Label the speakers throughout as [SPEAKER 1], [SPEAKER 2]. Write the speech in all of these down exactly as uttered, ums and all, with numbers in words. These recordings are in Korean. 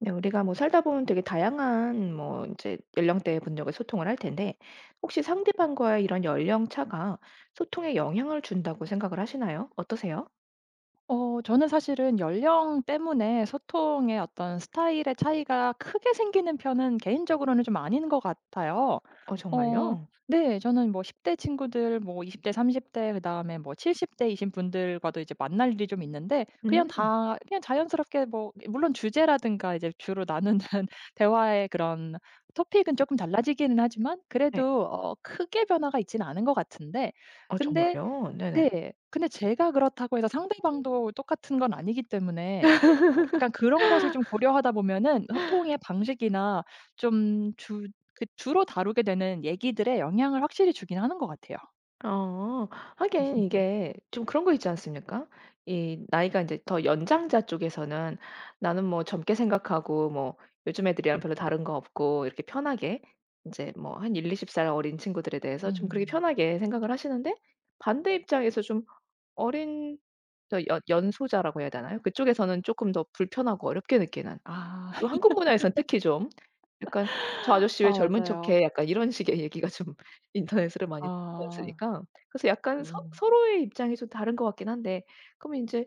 [SPEAKER 1] 네. 우리가 뭐 살다 보면 되게 다양한 뭐 이제 연령대의 분들과 소통을 할 텐데 혹시 상대방과의 이런 연령 차가 소통에 영향을 준다고 생각을 하시나요? 어떠세요?
[SPEAKER 2] 어 저는 사실은 연령 때문에 소통의 어떤 스타일의 차이가 크게 생기는 편은 개인적으로는 좀 아닌 것 같아요.
[SPEAKER 1] 어
[SPEAKER 2] 어.
[SPEAKER 1] 정말요?
[SPEAKER 2] 네. 저는 뭐 십 대 친구들, 뭐 이십 대, 삼십 대, 그다음에 뭐 칠십 대이신 분들과도 이제 만날 일이 좀 있는데, 그냥
[SPEAKER 1] 음.
[SPEAKER 2] 다 그냥 자연스럽게, 뭐 물론 주제라든가 이제 주로 나누는 대화의 그런 토픽은 조금 달라지기는 하지만,
[SPEAKER 1] 네.
[SPEAKER 2] 그래도 어 크게 변화가 있지는 않은 것 같은데.
[SPEAKER 1] 어
[SPEAKER 2] 근데
[SPEAKER 1] 정말요? 네네.
[SPEAKER 2] 네. 근데 제가 그렇다고 해서 상대방도 똑같은 건 아니기 때문에, 어 약간 그런 것을 좀 고려하다 보면은 소통의 방식이나 좀 주 그 주로 다루게 되는 얘기들에 영향을 확실히 주긴 하는 것 같아요.
[SPEAKER 1] 어. 하긴 이게 좀 그런 거 있지 않습니까? 이 나이가 이제 더 연장자 쪽에서는 나는 뭐 젊게 생각하고 뭐 요즘 애들이랑 별로 다른 거 없고 이렇게 편하게 이제 뭐 한1이2 0살 어린 친구들에 대해서 좀 그렇게
[SPEAKER 2] 음.
[SPEAKER 1] 편하게 생각을 하시는데 반대 입장에서 좀 어린 저 연 연소자라고 해야 되나요? 그쪽에서는 조금 더 불편하고 어렵게 느끼는,
[SPEAKER 2] 아.
[SPEAKER 1] 또 한국 문화에선 특히 좀 약간 "저 아저씨 왜
[SPEAKER 2] 아
[SPEAKER 1] 젊은
[SPEAKER 2] 맞아요.
[SPEAKER 1] 척해?" 약간 이런 식의 얘기가 좀 인터넷으로 많이 뜨지
[SPEAKER 2] 아.
[SPEAKER 1] 않습니까? 그래서 약간 서
[SPEAKER 2] 음.
[SPEAKER 1] 서로의 입장이 좀 다른 것 같긴 한데 그러면 인제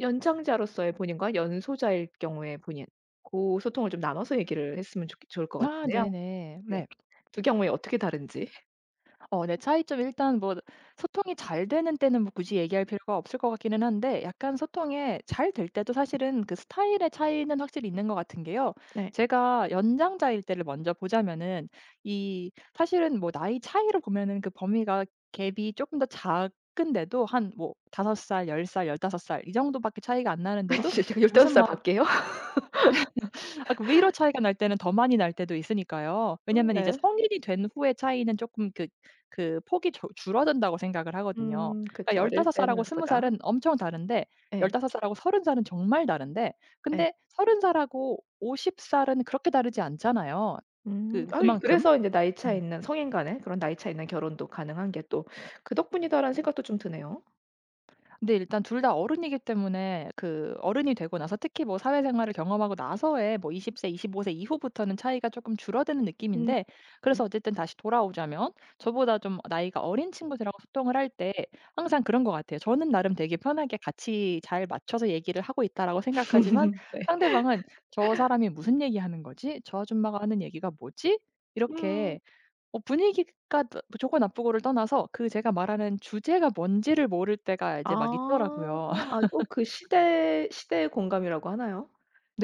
[SPEAKER 1] 연장자로서의 본인과 연소자일 경우의 본인, 고 소통을 좀 나눠서 얘기를 했으면 좋겠 좋을 것
[SPEAKER 2] 아
[SPEAKER 1] 같은데요.
[SPEAKER 2] 네네.
[SPEAKER 1] 네.
[SPEAKER 2] 네.
[SPEAKER 1] 두 경우에 어떻게 다른지.
[SPEAKER 2] 어. 네. 차이점 일단, 뭐 소통이 잘 되는 때는 뭐 굳이 얘기할 필요가 없을 것 같기는 한데, 약간 소통에 잘 될 때도 사실은 그 스타일의 차이는 확실히 있는 것 같은 게요.
[SPEAKER 1] 네.
[SPEAKER 2] 제가 연장자일 때를 먼저 보자면은, 이 사실은 뭐 나이 차이로 보면은 그 범위가, 갭이 조금 더 작은데도 한 뭐 다섯 살, 열 살, 열다섯 살 이 정도밖에 차이가 안
[SPEAKER 1] 아니
[SPEAKER 2] 나는데도
[SPEAKER 1] 제가 다5
[SPEAKER 2] 무슨
[SPEAKER 1] 살
[SPEAKER 2] 막
[SPEAKER 1] 밖에요?
[SPEAKER 2] 아 그 위로 차이가 날 때는 더 많이 날 때도 있으니까요.
[SPEAKER 1] 음
[SPEAKER 2] 왜냐면 이제
[SPEAKER 1] 네.
[SPEAKER 2] 성인이 된 후의 차이는 조금 그 그 폭이 줄 줄어든다고 생각을 하거든요.
[SPEAKER 1] 음
[SPEAKER 2] 그러니까
[SPEAKER 1] 그쵸. 어릴
[SPEAKER 2] 열다섯 살하고
[SPEAKER 1] 때는
[SPEAKER 2] 스무
[SPEAKER 1] 보다.
[SPEAKER 2] 살은 엄청 다른데,
[SPEAKER 1] 예.
[SPEAKER 2] 열다섯 살하고 서른 살은 정말 다른데,
[SPEAKER 1] 예.
[SPEAKER 2] 근데 서른 살하고 쉰 살은 그렇게 다르지 않잖아요,
[SPEAKER 1] 음.
[SPEAKER 2] 그
[SPEAKER 1] 아이,
[SPEAKER 2] 그만큼.
[SPEAKER 1] 그래서 인제 나이 차
[SPEAKER 2] 음.
[SPEAKER 1] 있는 성인 간에 그런 나이 차 있는 결혼도 가능한 게 또 '그 덕분이다.'라는 생각도 좀 드네요.
[SPEAKER 2] 근데 일단 둘 다 어른이기 때문에, 그 어른이 되고 나서 특히 뭐 사회생활을 경험하고 나서의 뭐 이십 세, 이십오 세 이후부터는 차이가 조금 줄어드는
[SPEAKER 1] 음.
[SPEAKER 2] 느낌인데, 그래서 어쨌든 다시 돌아오자면 저보다 좀 나이가 어린 친구들하고 소통을 할 때 항상 그런 것 같아요. 저는 나름 되게 편하게 같이 잘 맞춰서 얘기를 하고 있다라고 생각하지만,
[SPEAKER 1] 네.
[SPEAKER 2] 상대방은 '저 사람이 무슨 얘기하는 거지? 저 아줌마가 하는 얘기가 뭐지?' 이렇게,
[SPEAKER 1] 음.
[SPEAKER 2] 어 분위기가 또 뭐 좋고 나쁘고를 떠나서 그 제가 말하는 주제가 뭔지를 모를 때가 이제 막
[SPEAKER 1] 아.
[SPEAKER 2] 있더라고요.
[SPEAKER 1] 아 또 그 시대 시대의 공감이라고 하나요?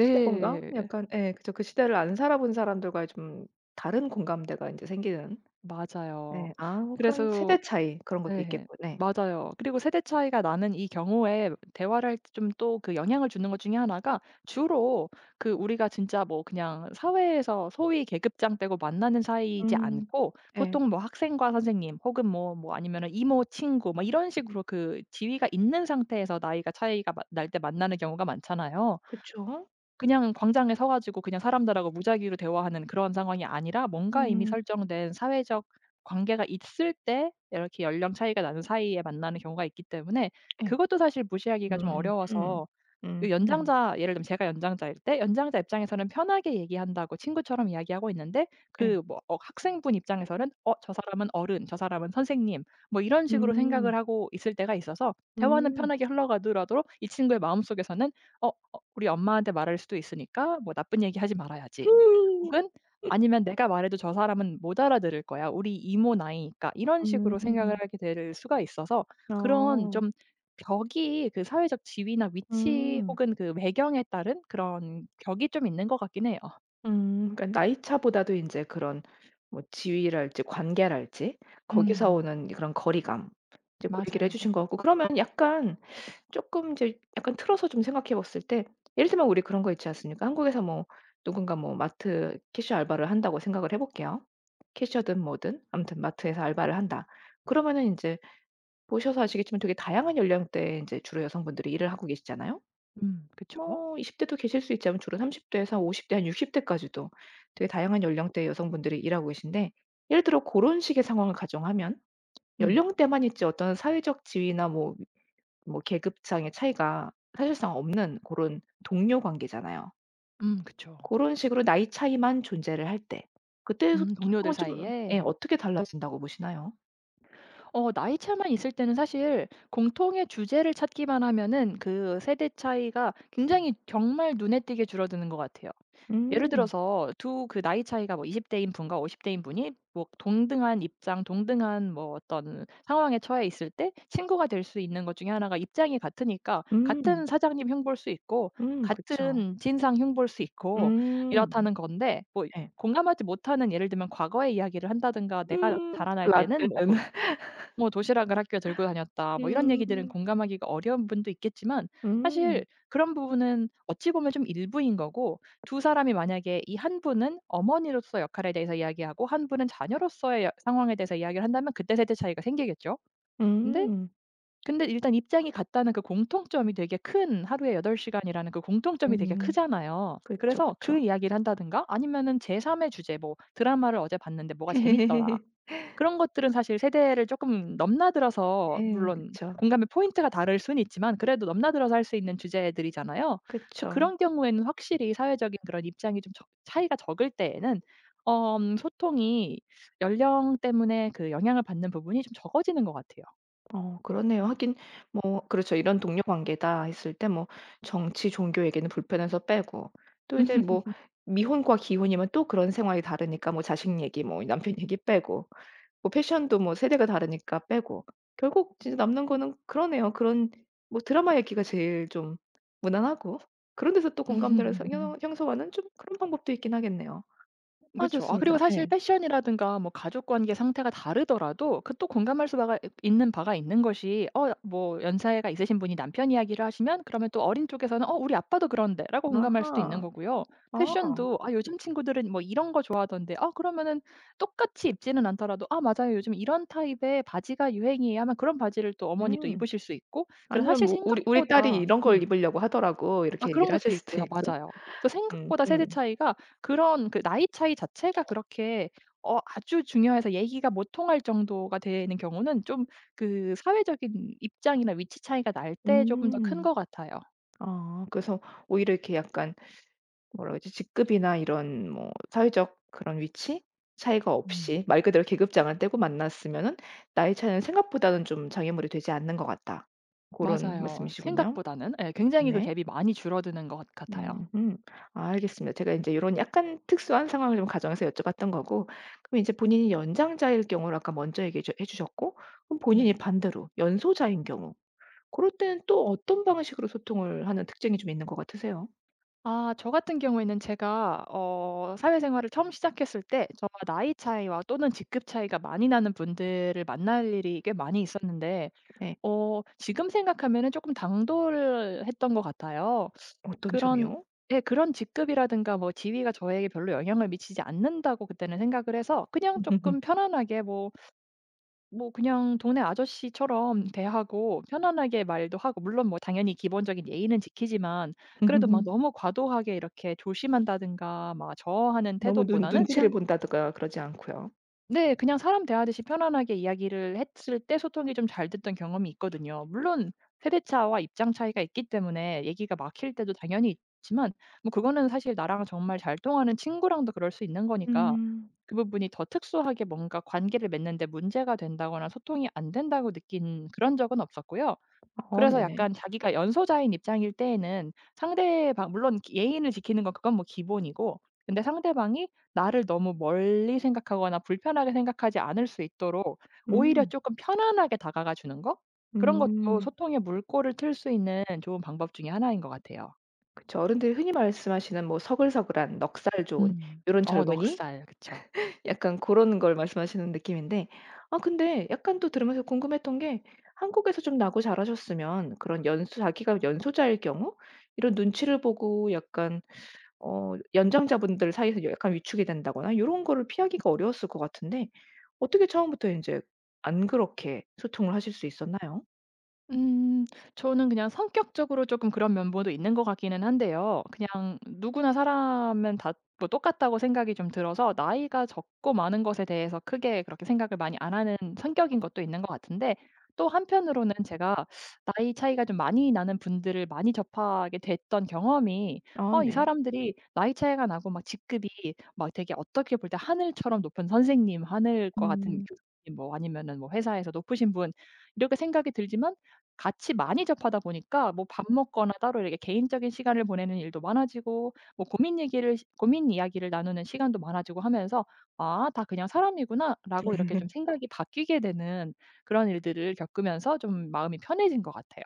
[SPEAKER 1] 시대 공감? 약간 예 그죠. 그 시대를 안 살아본 사람들과의 좀 다른 공감대가 인제 생기는.
[SPEAKER 2] 맞아요.
[SPEAKER 1] 예. 아 뭐 그런
[SPEAKER 2] 그래서
[SPEAKER 1] 세대 차이 그런 것도
[SPEAKER 2] 네.
[SPEAKER 1] 있겠고 네.
[SPEAKER 2] 맞아요. 그리고 세대 차이가 나는 이 경우에 대화를 할 때 좀 또 그 영향을 주는 것 중에 하나가 주로, 그 우리가 진짜 뭐 그냥 사회에서 소위 계급장되고 만나는 사이이지
[SPEAKER 1] 음.
[SPEAKER 2] 않고,
[SPEAKER 1] 예.
[SPEAKER 2] 보통 뭐 학생과 선생님, 혹은 뭐 뭐 아니면은 이모 친구, 뭐 이런 식으로 그 지위가 있는 상태에서 나이가 차이가 마 날 때 만나는 경우가 많잖아요.
[SPEAKER 1] 그쵸.
[SPEAKER 2] 그냥 광장에 서 가지고 그냥 사람들하고 무작위로 대화하는 그런 상황이 아니라 뭔가 이미
[SPEAKER 1] 음.
[SPEAKER 2] 설정된 사회적 관계가 있을 때 이렇게 연령 차이가 나는 사이에 만나는 경우가 있기 때문에,
[SPEAKER 1] 예.
[SPEAKER 2] 그것도 사실 무시하기가 좀
[SPEAKER 1] 음. 음.
[SPEAKER 2] 어려워서, 요
[SPEAKER 1] 음음.
[SPEAKER 2] 연장자, 예를 들면 제가 연장자일 때 연장자 입장에서는 편하게 얘기한다고 친구처럼 이야기하고 있는데,
[SPEAKER 1] 예.
[SPEAKER 2] 그 뭐 어 학생분 입장에서는 '어 저 사람은 어른, 저 사람은 선생님.' 뭐 이런 식으로 생각을
[SPEAKER 1] 음.
[SPEAKER 2] 하고 있을 때가 있어서, 대화는
[SPEAKER 1] 음.
[SPEAKER 2] 편하게 흘러가더라도 이 친구의 마음속에서는 '어 어 우리 엄마한테 말할 수도 있으니까 뭐 나쁜 얘기하지 말아야지.'
[SPEAKER 1] 음.
[SPEAKER 2] 혹은 아니면 '내가 말해도 저 사람은 못 알아들을 거야. 우리 이모 나이니까.' 이런 식으로 생각을 하게 될 수가 있어서, 그런
[SPEAKER 1] 아.
[SPEAKER 2] 좀 격이, 그 사회적 지위나 위치
[SPEAKER 1] 음.
[SPEAKER 2] 혹은 그 외경에 따른 그런 격이 좀 있는 것 같긴 해요.
[SPEAKER 1] 음. 그러니까 나이 차보다도 인제 그런 뭐 지위랄지 관계랄지 거기서
[SPEAKER 2] 음.
[SPEAKER 1] 오는 그런 거리감, 이제 고 얘기를 해
[SPEAKER 2] 맞아요. 어.
[SPEAKER 1] 주신 것 같고, 그러면 약간 쪼끔 이제 약간 틀어서 좀 생각해 봤을 때 예를 들면 우리 그런 거 있지 않습니까? 한국에서 뭐 누군가 뭐 마트 캐시어 알바를 한다고 생각을 해 볼게요. 캐셔든 뭐든 아무튼 마트에서 알바를 한다. 그러면은 인제 보셔서 아시겠지만 되게 다양한 연령대에 인제 주로 여성분들이 일을 하고 계시잖아요.
[SPEAKER 2] 음. 그쵸.
[SPEAKER 1] 뭐 이십 대도 계실 수 있지만 주로 삼십 대에서 오십 대 한 육십 대까지도 되게 다양한 연령대의 여성분들이 일하고 계신데 예를 들어 고런 식의 상황을 가정하면
[SPEAKER 2] 음.
[SPEAKER 1] 연령대만 있지 어떤 사회적 지위나 뭐 뭐 계급상의 차이가 사실상 없는 그런 동료 관계잖아요.
[SPEAKER 2] 음. 그쵸.
[SPEAKER 1] 그런 식으로 나이 차이만 존재를 할 때 그때의
[SPEAKER 2] 음 동료들
[SPEAKER 1] 소통은 좀, 예,
[SPEAKER 2] 사이에?
[SPEAKER 1] 어떻게 달라진다고 보시나요?
[SPEAKER 2] 어 나이 차만 있을 때는 사실 공통의 주제를 찾기만 하면은 그 세대 차이가 굉장히 정말 눈에 띄게 줄어드는 것 같아요. 예를
[SPEAKER 1] 음.
[SPEAKER 2] 들어서 두 그 나이 차이가 뭐 이십 대인 분과 오십 대인 분이 뭐 동등한 입장, 동등한 뭐 어떤 상황에 처해 있을 때 친구가 될 수 있는 것 중에 하나가, 입장이 같으니까
[SPEAKER 1] 음.
[SPEAKER 2] 같은 사장님 흉볼 수 있고
[SPEAKER 1] 음 그쵸.
[SPEAKER 2] 같은 진상 흉볼 수 있고
[SPEAKER 1] 음.
[SPEAKER 2] 이렇다는 건데, 뭐
[SPEAKER 1] 예.
[SPEAKER 2] 공감하지 못하는, 예를 들면 과거의 이야기를 한다든가, 내가
[SPEAKER 1] 음
[SPEAKER 2] 자라날 때는 뭐,
[SPEAKER 1] 라떼는.
[SPEAKER 2] 뭐 "도시락을 학교에 들고 다녔다." 뭐 이런 얘기들은
[SPEAKER 1] 음.
[SPEAKER 2] 공감하기가 어려운 분도 있겠지만,
[SPEAKER 1] 음.
[SPEAKER 2] 사실 그런 부분은 어찌 보면 좀 일부인 거고, 두 사람이 만약에 이 한 분은 어머니로서 역할에 대해서 이야기하고 한 분은 자녀로서의 여 상황에 대해서 이야기를 한다면 그때 세대 차이가 생기겠죠. 근데
[SPEAKER 1] 음.
[SPEAKER 2] 근데 일단 입장이 같다는 그 공통점이 되게 큰, 하루에 여덟 시간이라는 그 공통점이 되게
[SPEAKER 1] 음.
[SPEAKER 2] 크잖아요.
[SPEAKER 1] 그쵸,
[SPEAKER 2] 그래서 그
[SPEAKER 1] 그쵸.
[SPEAKER 2] 이야기를 한다든가 아니면은 제 삼의 주제, 뭐 "드라마를 어제 봤는데 뭐가 재밌더라." 그런 것들은 사실 세대를 조금 넘나들어서,
[SPEAKER 1] 네.
[SPEAKER 2] 물론
[SPEAKER 1] 그쵸.
[SPEAKER 2] 공감의 포인트가 다를 수는 있지만 그래도 넘나들어서 할 수 있는 주제들이잖아요. 그래서
[SPEAKER 1] 그쵸.
[SPEAKER 2] 그런 경우에는 확실히 사회적인 그런 입장이 좀 적- 차이가 적을 때에는 엄 소통이 연령 때문에 그 영향을 받는 부분이 좀 적어지는 것 같아요.
[SPEAKER 1] 어 그러네요. 하긴 뭐 그렇죠. 이런 동료 관계다 했을 때 뭐 정치, 종교 얘기는 불편해서 빼고, 또 이제 뭐 미혼과 기혼이면 또 그런 생활이 다르니까 뭐 자식 얘기 뭐 남편 얘기 빼고 뭐 패션도 뭐 세대가 다르니까 빼고 결국 진짜 남는 거는 그러네요. 그런 뭐 드라마 얘기가 제일 좀 무난하고 그런 데서 또 공감대를 형 형성하는 좀 그런 방법도 있긴 하겠네요. 아
[SPEAKER 2] 그
[SPEAKER 1] 좋
[SPEAKER 2] 죠아
[SPEAKER 1] 습니
[SPEAKER 2] 그리고
[SPEAKER 1] 다
[SPEAKER 2] 사실
[SPEAKER 1] 예.
[SPEAKER 2] 패션이라든가 뭐 가족 관계 상태가 다르더라도 그 또 공감할 수 바가 있는 바가 있는 것이, 어 뭐 연세가 있으신 분이 남편 이야기를 하시면 그러면 또 어린 쪽에서는 "어 우리 아빠도 그런데."라고 공감할 수도 있는
[SPEAKER 1] 아하.
[SPEAKER 2] 거고요.
[SPEAKER 1] 어.
[SPEAKER 2] 패션도 "아 요즘 친구들은 뭐 이런 거 좋아하던데." 아, 그러면은 똑같이 입지는 않더라도 "아 맞아요. 요즘 이런 타입의 바지가 유행이에요." 하면 그런 바지를 또 어머니도
[SPEAKER 1] 음.
[SPEAKER 2] 입으실 수 있고, 그래서
[SPEAKER 1] 아니면
[SPEAKER 2] 사실
[SPEAKER 1] 뭐 우리 우리 딸이
[SPEAKER 2] 생각보다
[SPEAKER 1] 이런 걸
[SPEAKER 2] 음.
[SPEAKER 1] 입으려고 하더라고
[SPEAKER 2] 아,
[SPEAKER 1] 이렇게
[SPEAKER 2] 그런
[SPEAKER 1] 얘기를 하실
[SPEAKER 2] 것도
[SPEAKER 1] 수도
[SPEAKER 2] 있고요.
[SPEAKER 1] 있고.
[SPEAKER 2] 맞아요. 그
[SPEAKER 1] 음
[SPEAKER 2] 생각보다 세대
[SPEAKER 1] 음.
[SPEAKER 2] 차이가, 그런 그 나이 차이 자체가 그렇게 어 아주 중요해서 얘기가 못 통할 정도가 되는 경우는 좀 그 사회적인 입장이나 위치 차이가 날 때 조금 더 큰
[SPEAKER 1] 음.
[SPEAKER 2] 것 같아요.
[SPEAKER 1] 아 그래서 오히려 이렇게 약간, 뭐라 그러지? 직급이나 이런 뭐 사회적 그런 위치 차이가
[SPEAKER 2] 음.
[SPEAKER 1] 없이 말 그대로 계급장을 떼고 만났으면은 나이 차이는 생각보다는 좀 장애물이 되지 않는 것 같다. 고런
[SPEAKER 2] 맞아요.
[SPEAKER 1] 말씀이시군요.
[SPEAKER 2] 생각보다는 예 굉장히 그
[SPEAKER 1] 네.
[SPEAKER 2] 갭이 많이 줄어드는 것 같아요.
[SPEAKER 1] 음 아 알겠습니다. 제가 이제 이런 약간 특수한 상황을 좀 가정해서 여쭤봤던 거고 그럼 이제 본인이 연장자일 경우를 아까 먼저 얘기해 해 주셨고 그럼 본인이
[SPEAKER 2] 네.
[SPEAKER 1] 반대로 연소자인 경우 그럴 때는 또 어떤 방식으로 소통을 하는 특징이 좀 있는 것 같으세요?
[SPEAKER 2] 아, 저 같은 경우에는 제가 어 사회생활을 처음 시작했을 때 저와 나이 차이와 또는 직급 차이가 많이 나는 분들을 만날 일이 꽤 많이 있었는데,
[SPEAKER 1] 네.
[SPEAKER 2] 어 지금 생각하면은 쪼끔 당돌했던 것 같아요.
[SPEAKER 1] 어떤
[SPEAKER 2] 그런
[SPEAKER 1] 점이요?
[SPEAKER 2] 예, 그런 직급이라든가 뭐 지위가 저에게 별로 영향을 미치지 않는다고 그때는 생각을 해서 그냥 쪼끔 편안하게 뭐, 뭐 그냥 동네 아저씨처럼 대하고 편안하게 말도 하고, 물론 뭐 당연히 기본적인 예의는 지키지만, 그래도 막 너무 과도하게 이렇게 조심한다든가 막 저어하는
[SPEAKER 1] 너무 눈
[SPEAKER 2] 태도보다는
[SPEAKER 1] 눈치를
[SPEAKER 2] 그냥.
[SPEAKER 1] 본다든가 그러지 않고요.
[SPEAKER 2] 네. 그냥 사람 대하듯이 편안하게 이야기를 했을 때 소통이 좀 잘 됐던 경험이 있거든요. 물론 세대 차와 입장 차이가 있기 때문에 얘기가 막힐 때도 당연히 있지만, 뭐 그거는 사실 나랑 정말 잘 통하는 친구랑도 그럴 수 있는 거니까
[SPEAKER 1] 음.
[SPEAKER 2] 그 부분이 더 특수하게 뭔가 관계를 맺는 데 문제가 된다거나 소통이 안 된다고 느낀 그런 적은 없었고요.
[SPEAKER 1] 어
[SPEAKER 2] 그래서
[SPEAKER 1] 네네.
[SPEAKER 2] 약간 자기가 연소자인 입장일 때에는, 상대방, 물론 기 예의를 지키는 건 그건 뭐 기본이고, 근데 상대방이 나를 너무 멀리 생각하거나 불편하게 생각하지 않을 수 있도록 오히려
[SPEAKER 1] 음.
[SPEAKER 2] 조금 편안하게 다가가 주는 거? 그런 것도
[SPEAKER 1] 음.
[SPEAKER 2] 소통의 물꼬를 틀 수 있는 좋은 방법 중에 하나인 것 같아요.
[SPEAKER 1] 그쵸. 어른들이 흔히 말씀하시는 뭐 서글서글한 넉살 좋은
[SPEAKER 2] 음.
[SPEAKER 1] 이런
[SPEAKER 2] 어.
[SPEAKER 1] 젊은이,
[SPEAKER 2] 넉살. 그쵸.
[SPEAKER 1] 약간 그런 걸 말씀하시는 느낌인데 아 근데 약간 또 들으면서 궁금했던 게 한국에서 좀 나고 자라셨으면 그런 연소 자기가 연소자일 경우 이런 눈치를 보고 약간 어 연장자분들 사이에서 약간 위축이 된다거나 이런 거를 피하기가 어려웠을 것 같은데 어떻게 처음부터 이제 안 그렇게 소통을 하실 수 있었나요?
[SPEAKER 2] 음. 저는 그냥 성격적으로 조금 그런 면모도 있는 것 같기는 한데요. 그냥 누구나 사람은 다 뭐 똑같다고 생각이 좀 들어서 나이가 적고 많은 것에 대해서 크게 그렇게 생각을 많이 안 하는 성격인 것도 있는 것 같은데, 또 한편으로는 제가 나이 차이가 좀 많이 나는 분들을 많이 접하게 됐던 경험이,
[SPEAKER 1] 아
[SPEAKER 2] 어 이
[SPEAKER 1] 네.
[SPEAKER 2] 사람들이 나이 차이가 나고 막 직급이 막 되게 어떻게 볼 때 하늘처럼 높은 선생님, 하늘 것 같은
[SPEAKER 1] 음.
[SPEAKER 2] 교수님, 뭐 아니면은 뭐 회사에서 높으신 분 이렇게 생각이 들지만, 같이 많이 접하다 보니까 뭐 밥 먹거나 따로 이렇게 개인적인 시간을 보내는 일도 많아지고 뭐 고민 얘기를 시 고민 이야기를 나누는 시간도 많아지고 하면서 '아 다 그냥 사람이구나.'라고 이렇게 좀 생각이 바뀌게 되는 그런 일들을 겪으면서 좀 마음이 편해진 것 같아요.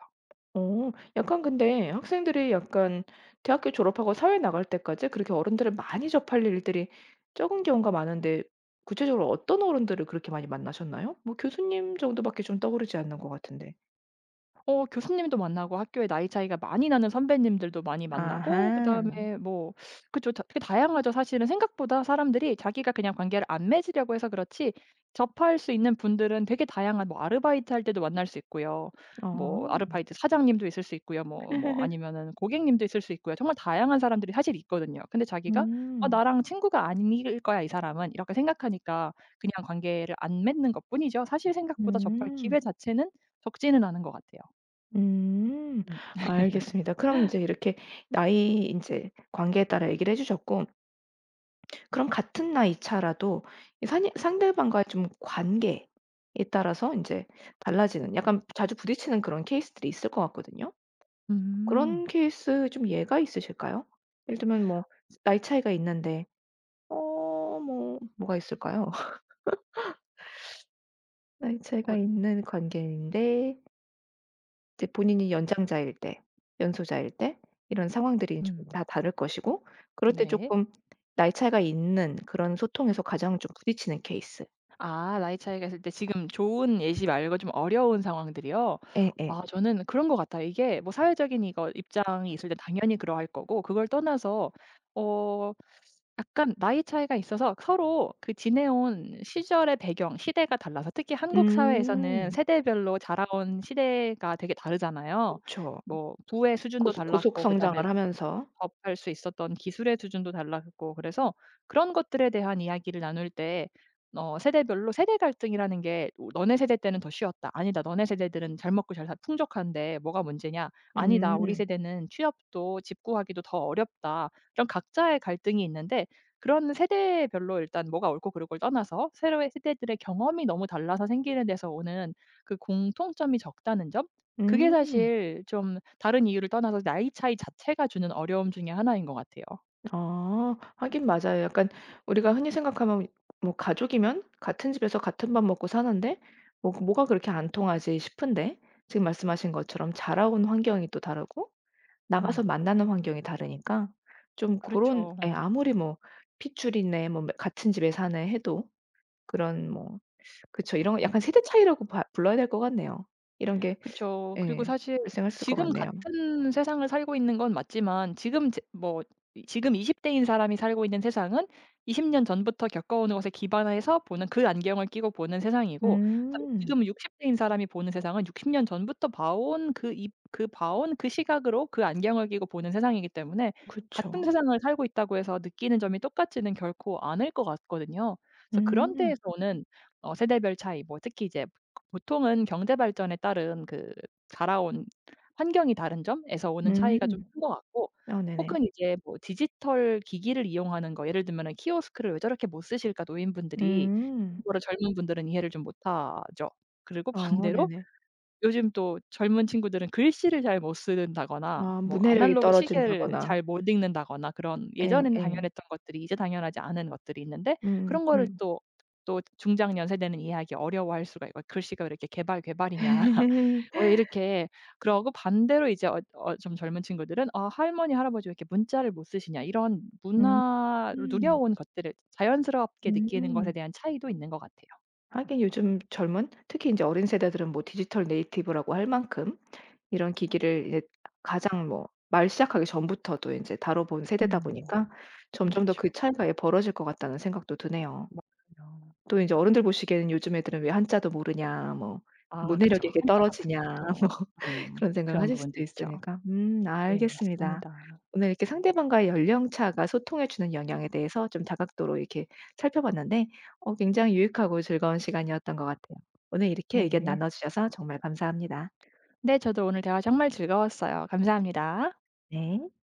[SPEAKER 1] 어. 약간 근데 학생들이 약간 대학교 졸업하고 사회 나갈 때까지 그렇게 어른들을 많이 접할 일들이 적은 경우가 많은데 구체적으로 어떤 어른들을 그렇게 많이 만나셨나요? 뭐 교수님 정도밖에 좀 떠오르지 않는 것 같은데.
[SPEAKER 2] 어 교수님도 만나고 학교에 나이 차이가 많이 나는 선배님들도 많이 만나고, 그다음에
[SPEAKER 1] 아하.
[SPEAKER 2] 뭐 그쵸. 다 되게 다양하죠. 사실은 생각보다 사람들이 자기가 그냥 관계를 안 맺으려고 해서 그렇지, 접할 수 있는 분들은 되게 다양한, 뭐 아르바이트할 때도 만날 수 있고요. 뭐
[SPEAKER 1] 어.
[SPEAKER 2] 아르바이트 사장님도 있을 수 있고요. 뭐 뭐 아니면은 고객님도 있을 수 있고요. 정말 다양한 사람들이 사실 있거든요. 근데 자기가 '어
[SPEAKER 1] 음.
[SPEAKER 2] 나랑 친구가 아닐 거야 이 사람은.' 이렇게 생각하니까 그냥 관계를 안 맺는 것뿐이죠. 사실 생각보다 접할
[SPEAKER 1] 음.
[SPEAKER 2] 기회 자체는 적지는 않은 것 같아요.
[SPEAKER 1] 음.
[SPEAKER 2] 음.
[SPEAKER 1] 알겠습니다. 그럼 이제 이렇게 나이, 이제 관계에 따라 얘기를 해 주셨고 그럼 같은 나이 차라도 이 사니 상대방과의 좀 관계에 따라서 이제 달라지는 약간 자주 부딪히는 그런 케이스들이 있을 것 같거든요.
[SPEAKER 2] 음.
[SPEAKER 1] 그런 케이스 좀 예가 있으실까요? 예를 들면 뭐 나이 차이가 있는데 어 뭐 뭐가 있을까요? 나이 차이가
[SPEAKER 2] 어.
[SPEAKER 1] 있는 관계인데 이제 본인이 연장자일 때, 연소자일 때, 이런 상황들이 좀
[SPEAKER 2] 음.
[SPEAKER 1] 다 다를 것이고 그럴 때
[SPEAKER 2] 네.
[SPEAKER 1] 조금 나이 차이가 있는 그런 소통에서 가장 좀 부딪히는 케이스.
[SPEAKER 2] 아, 나이 차이가 있을 때 지금 좋은 예시 말고 좀 어려운 상황들이요?
[SPEAKER 1] 예예.
[SPEAKER 2] 아, 저는 그런 것 같아요. 이게 뭐 사회적인 이거 입장이 있을 때 당연히 그러할 거고, 그걸 떠나서 어 약간 나이 차이가 있어서 서로 그 지내온 시절의 배경, 시대가 달라서, 특히 한국 사회에서는
[SPEAKER 1] 음.
[SPEAKER 2] 세대별로 자라온 시대가 되게 다르잖아요.
[SPEAKER 1] 그쵸.
[SPEAKER 2] 뭐 부의 수준도
[SPEAKER 1] 고속 고속
[SPEAKER 2] 달랐고,
[SPEAKER 1] 성장을
[SPEAKER 2] 그다음에
[SPEAKER 1] 하면서.
[SPEAKER 2] 접할 수 있었던 기술의 수준도 달랐고, 그래서 그런 것들에 대한 이야기를 나눌 때 어 세대별로, 세대 갈등이라는 게, 오 "너네 세대 때는 더 쉬웠다.", "아니다. 너네 세대들은 잘 먹고 잘 사 풍족한데 뭐가 문제냐.", "아니다. 우리
[SPEAKER 1] 음.
[SPEAKER 2] 세대는 취업도 집 구하기도 더 어렵다.", 이런 각자의 갈등이 있는데, 그런 세대별로 일단 뭐가 옳고 그르고를 떠나서 새로의 세대들의 경험이 너무 달라서 생기는 데서 오는 그 공통점이 적다는 점? 그게
[SPEAKER 1] 음.
[SPEAKER 2] 사실 좀 다른 이유를 떠나서 나이 차이 자체가 주는 어려움 중에 하나인 것 같아요.
[SPEAKER 1] 아. 하긴 맞아요. 약간 우리가 흔히 생각하면 뭐 가족이면 같은 집에서 같은 밥 먹고 사는데 뭐 그 뭐가 그렇게 안 통하지 싶은데 지금 말씀하신 것처럼 자라온 환경이 또 다르고 나가서
[SPEAKER 2] 음.
[SPEAKER 1] 만나는 환경이 다르니까 좀 고런,
[SPEAKER 2] 그렇죠.
[SPEAKER 1] 예, 아무리 뭐 핏줄이네 뭐 매 같은 집에 사네 해도 그런 뭐, 그쵸, 이런 거 약간 세대 차이라고 봐 불러야 될 것 같네요. 이런 게,
[SPEAKER 2] 그쵸. 그리고
[SPEAKER 1] 예,
[SPEAKER 2] 사실
[SPEAKER 1] 발생했을 것
[SPEAKER 2] 지금
[SPEAKER 1] 같네요.
[SPEAKER 2] 같은 세상을 살고 있는 건 맞지만 지금 제 뭐 이 지금 이십 대인 사람이 살고 있는 세상은 이십 년 전부터 겪어오는 것에 기반해서 보는 그 안경을 끼고 보는 세상이고, 그다음에
[SPEAKER 1] 음.
[SPEAKER 2] 지금 육십 대인 사람이 보는 세상은 육십 년 전부터 봐온 그 이, 그 봐온 그 시각으로 그 안경을 끼고 보는 세상이기 때문에, 같은
[SPEAKER 1] 그쵸.
[SPEAKER 2] 세상을 살고 있다고 해서 느끼는 점이 똑같지는 결코 않을 것 같거든요. 그래서 그런 데에서
[SPEAKER 1] 음.
[SPEAKER 2] 오는 어 세대별 차이, 뭐 특히 이제 보통은 경제 발전에 따른 그 자라온 환경이 다른 점에서 오는 차이가 좀
[SPEAKER 1] 음.
[SPEAKER 2] 큰 것 같고,
[SPEAKER 1] 어 네네.
[SPEAKER 2] 혹은 이제 뭐 디지털 기기를 이용하는 거, 예를 들면은 "키오스크를 왜 저렇게 못 쓰실까 노인분들이." 이런
[SPEAKER 1] 음.
[SPEAKER 2] 거를 젊은 분들은 이해를 좀 못하죠. 그리고
[SPEAKER 1] 어
[SPEAKER 2] 반대로
[SPEAKER 1] 네네.
[SPEAKER 2] 요즘 또 젊은 친구들은 글씨를 잘 못 쓴다거나
[SPEAKER 1] 아
[SPEAKER 2] 뭐
[SPEAKER 1] 문해력이
[SPEAKER 2] 아날로그 시계를
[SPEAKER 1] 떨어진다거나.
[SPEAKER 2] 잘 못 읽는다거나 그런
[SPEAKER 1] 예
[SPEAKER 2] 예전에는
[SPEAKER 1] 예.
[SPEAKER 2] 당연했던 것들이 이제 당연하지 않은 것들이 있는데,
[SPEAKER 1] 음
[SPEAKER 2] 그런 거를
[SPEAKER 1] 음.
[SPEAKER 2] 또 또 중장년 세대는 이해하기 어려워할 수가 있고, '글씨가 왜 이렇게 개발개발이냐. 왜 이렇게' 그러고, 반대로 이제 어 어 좀 젊은 친구들은 '아 할머니, 할아버지 왜 이렇게 문자를 못 쓰시냐.' 이런,
[SPEAKER 1] 음.
[SPEAKER 2] 문화로
[SPEAKER 1] 음.
[SPEAKER 2] 누려온 것들을 자연스럽게 느끼는 것에
[SPEAKER 1] 음.
[SPEAKER 2] 대한 차이도 있는 것 같아요.
[SPEAKER 1] 하긴 요즘 젊은, 특히 이제 어린 세대들은 뭐 디지털 네이티브라고 할 만큼 이런 기기를 이제 가장 뭐 말 시작하기 전부터도 이제 다뤄 본 세대다
[SPEAKER 2] 음.
[SPEAKER 1] 보니까
[SPEAKER 2] 그
[SPEAKER 1] 점점 더
[SPEAKER 2] 죠
[SPEAKER 1] 그 차이가, 예, 벌어질 것 같다는 생각도 드네요.
[SPEAKER 2] 맞아요.
[SPEAKER 1] 또 인제 어른들 보시기에는 '요즘 애들은 왜 한자도 모르냐.' 뭐
[SPEAKER 2] 아 그죠.
[SPEAKER 1] '문해력이 이렇게
[SPEAKER 2] 한자 같은
[SPEAKER 1] 떨어지냐.' 뭐
[SPEAKER 2] 것도. 음.
[SPEAKER 1] 그런
[SPEAKER 2] 그런
[SPEAKER 1] 생각하실
[SPEAKER 2] 부분도
[SPEAKER 1] 수도
[SPEAKER 2] 있죠.
[SPEAKER 1] 있으니까. 음
[SPEAKER 2] 네,
[SPEAKER 1] 알겠습니다.
[SPEAKER 2] 맞습니다.
[SPEAKER 1] 오늘 이렇게 상대방과의 연령 차가 소통에 주는 영향에 대해서 좀 다각도로 이렇게 살펴봤는데 어 굉장히 유익하고 즐거운 시간이었던 것 같아요. 오늘 이렇게 의견
[SPEAKER 2] 네.
[SPEAKER 1] 나눠 주셔서 정말 감사합니다.
[SPEAKER 2] 네, 저도 오늘 대화 정말 즐거웠어요. 감사합니다.
[SPEAKER 1] 네.